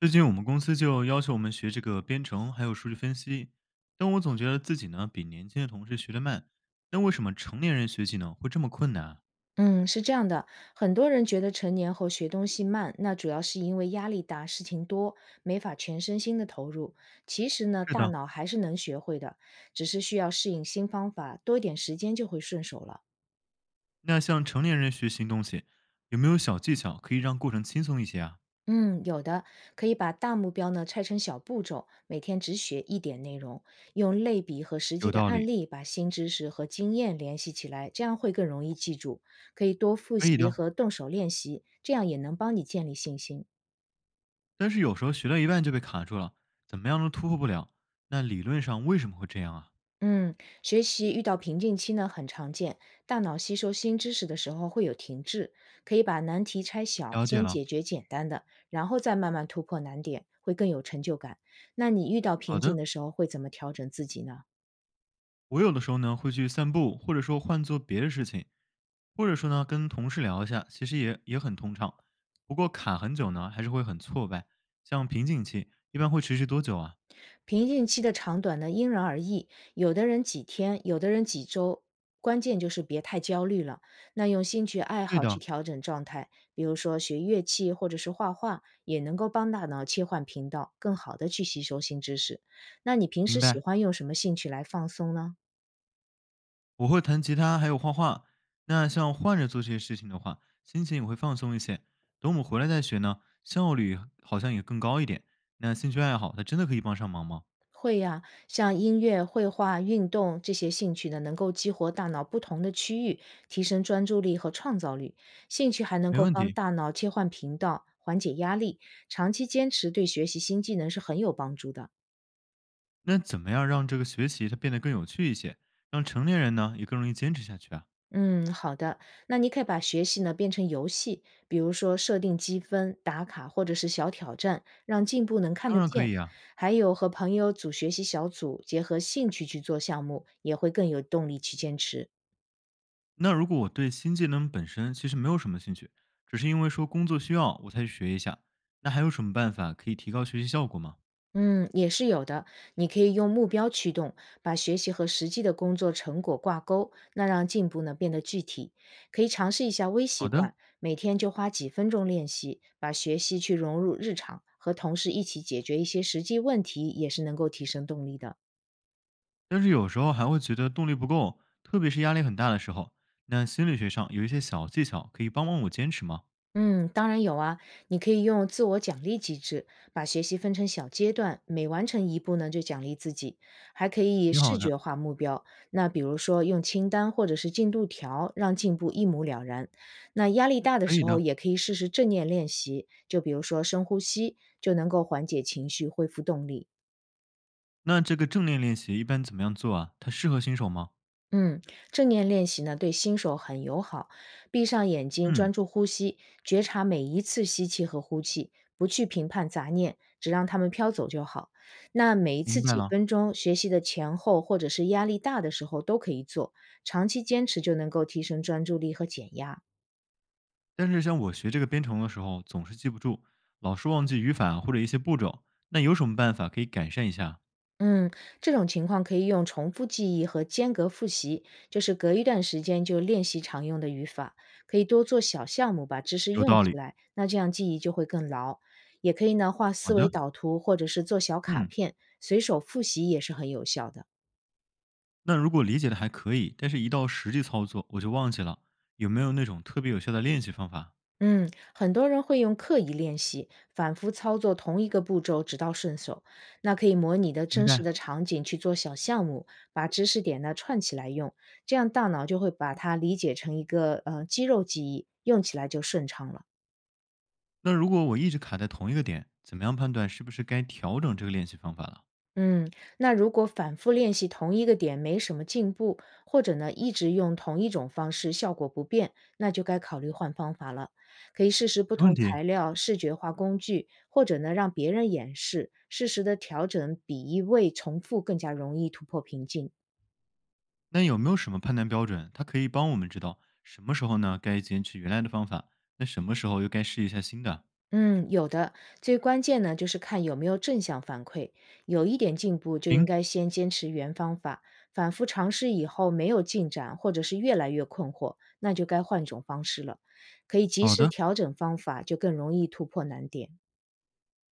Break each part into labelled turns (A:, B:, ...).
A: 最近我们公司就要求我们学这个编程，还有数据分析，但我总觉得自己呢比年轻的同事学得慢。那为什么成年人学技能会这么困难啊？
B: 嗯，是这样的，很多人觉得成年后学东西慢，那主要是因为压力大、事情多，没法全身心的投入。其实呢，
A: 是
B: 大
A: 的，
B: 脑还是能学会的，只是需要适应新方法，多一点时间就会顺手了。
A: 那像成年人学新东西，有没有小技巧可以让过程轻松一些啊？
B: 嗯，有的，可以把大目标呢拆成小步骤，每天只学一点内容，用类比和实际
A: 有
B: 的
A: 道
B: 案
A: 理，
B: 例把新知识和经验联系起来，这样会更容易记住。可以多复
A: 可以
B: 习
A: 的。
B: 和动手练习，这样也能帮你建立信心。
A: 但是有时候学到一半就被卡住了，怎么样都突破不了。那理论上为什么会这样啊？
B: 嗯，学习遇到瓶颈期呢很常见，大脑吸收新知识的时候会有停滞，可以把难题拆小，
A: 了解
B: 先
A: 了，
B: 解决简单的，然后再慢慢突破难点，会更有成就感。那你遇到
A: 好
B: 瓶颈
A: 的。
B: 的时候会怎么调整自己呢？
A: 我有的时候呢会去散步，或者说换做别的事情，或者说呢跟同事聊一下，其实也很通畅。不过卡很久呢，还是会很挫败。像瓶颈期一般会持续多久啊？
B: 瓶颈期的长短呢，因人而异，有的人几天，有的人几周。关键就是别太焦虑了，那用兴趣爱
A: 对
B: 好去
A: 的，
B: 调整状态，比如说学乐器或者是画画，也能够帮大脑切换频道，更好的去吸收新知识。那你平
A: 明
B: 时喜
A: 白。
B: 欢用什么兴趣来放松呢？
A: 我会弹吉他，还有画画。那像换着做这些事情的话，心情也会放松一些。等我们回来再学呢，效率好像也更高一点。那兴趣爱好它真的可以帮上忙吗？
B: 会呀、像音乐、绘画、运动这些兴趣呢，能够激活大脑不同的区域，提升专注力和创造力。兴趣还能
A: 没
B: 够
A: 问
B: 帮
A: 题。
B: 大脑切换频道，缓解压力。长期坚持对学习新技能是很有帮助的。
A: 那怎么样让这个学习它变得更有趣一些，让成年人呢也更容易坚持下去啊？
B: 嗯，好的。那你可以把学习呢变成游戏，比如说设定积分、打卡或者是小挑战，让进步能看
A: 当
B: 得
A: 然可
B: 见。
A: 以啊。
B: 还有和朋友组学习小组，结合兴趣去做项目，也会更有动力去坚持。
A: 那如果我对新技能本身其实没有什么兴趣，只是因为说工作需要我才去学一下，那还有什么办法可以提高学习效果吗？
B: 嗯，也是有的。你可以用目标驱动，把学习和实际的工作成果挂钩，那让进步呢变得具体。可以尝试一下微习
A: 好的，
B: 惯，每天就花几分钟练习，把学习去融入日常，和同事一起解决一些实际问题，也是能够提升动力的。
A: 但是有时候还会觉得动力不够，特别是压力很大的时候。那心理学上有一些小技巧可以帮帮我坚持吗？
B: 嗯，当然有啊，你可以用自我奖励机制，把学习分成小阶段，每完成一步呢就奖励自己，还可以
A: 挺
B: 视
A: 好的，
B: 觉化目标，那比如说用清单或者是进度条，让进步一目了然。那压力大的
A: 可
B: 时
A: 以
B: 候，
A: 的。
B: 也可以试试正念练习，就比如说深呼吸，就能够缓解情绪，恢复动力。
A: 那这个正念练习一般怎么样做啊？它适合新手吗？
B: 嗯，正念练习呢对新手很友好。闭上眼睛，
A: 嗯，
B: 专注呼吸，觉察每一次吸气和呼气，不去评判杂念，只让它们飘走就好。那每一次
A: 明白
B: 几
A: 了。
B: 分钟，学习的前后或者是压力大的时候都可以做，长期坚持就能够提升专注力和减压。
A: 但是像我学这个编程的时候，总是记不住，老是忘记语法或者一些步骤。那有什么办法可以改善一下？
B: 嗯，这种情况可以用重复记忆和间隔复习，就是隔一段时间就练习常用的语法，可以多做小项目把知识
A: 有
B: 用
A: 道
B: 起
A: 理。
B: 来，那这样记忆就会更牢。也可以呢，画
A: 好
B: 思维
A: 的，
B: 导图或者是做小卡
A: 嗯，
B: 片，随手复习也是很有效的。
A: 那如果理解的还可以，但是一到实际操作我就忘记了，有没有那种特别有效的练习方法？
B: 嗯，很多人会用刻意练习，反复操作同一个步骤，直到顺手。那可以模拟的
A: 明
B: 真实
A: 白。
B: 的场景去做小项目，把知识点呢串起来用，这样大脑就会把它理解成一个肌肉记忆，用起来就顺畅了。
A: 那如果我一直卡在同一个点，怎么样判断是不是该调整这个练习方法了？
B: 嗯，那如果反复练习同一个点没什么进步，或者呢一直用同一种方式效果不变，那就该考虑换方法了。可以试试不
A: 没问
B: 同
A: 题。
B: 材料、视觉化工具，或者呢让别人演示，适时的调整比一味重复更加容易突破瓶颈。
A: 那有没有什么判断标准，它可以帮我们知道什么时候呢该坚持原来的方法，那什么时候又该试一下新的？
B: 嗯，有的。最关键呢，就是看有没有正向反馈，有一点进步就应
A: 行，
B: 该先坚持原方法，反复尝试以后没有进展，或者是越来越困惑，那就该换种方式了。可以及
A: 好
B: 时
A: 的。
B: 调整方法，就更容易突破难点。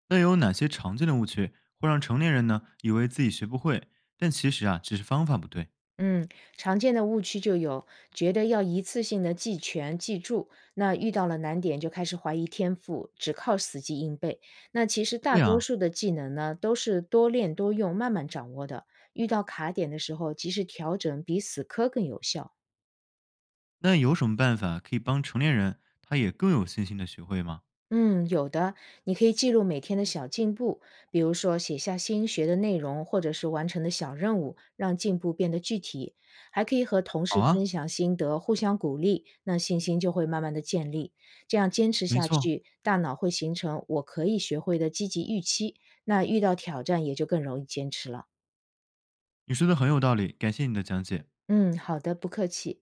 A: 那有哪些常见的误区会让成年人呢以为自己学不会，但其实啊只是方法不对？
B: 嗯，常见的误区就有觉得要一次性的记全记住，那遇到了难点就开始怀疑天赋，只靠死记硬背。那其实大
A: 对
B: 多
A: 呀、
B: 数的技能呢，都是多练多用，慢慢掌握的。遇到卡点的时候，及时调整，比死磕更有效。
A: 那有什么办法可以帮成年人他也更有信心的学会吗？
B: 嗯，有的，你可以记录每天的小进步，比如说写下新学的内容，或者是完成的小任务，让进步变得具体。还可以和同
A: 好
B: 事
A: 啊，
B: 分享心得，互相鼓励，那信心就会慢慢的建立。这样坚持
A: 没
B: 下
A: 错，
B: 去，大脑会形成“我可以学会”的积极预期，那遇到挑战也就更容易坚持了。
A: 你说的很有道理，感谢你的讲解。
B: 嗯，好的，不客气。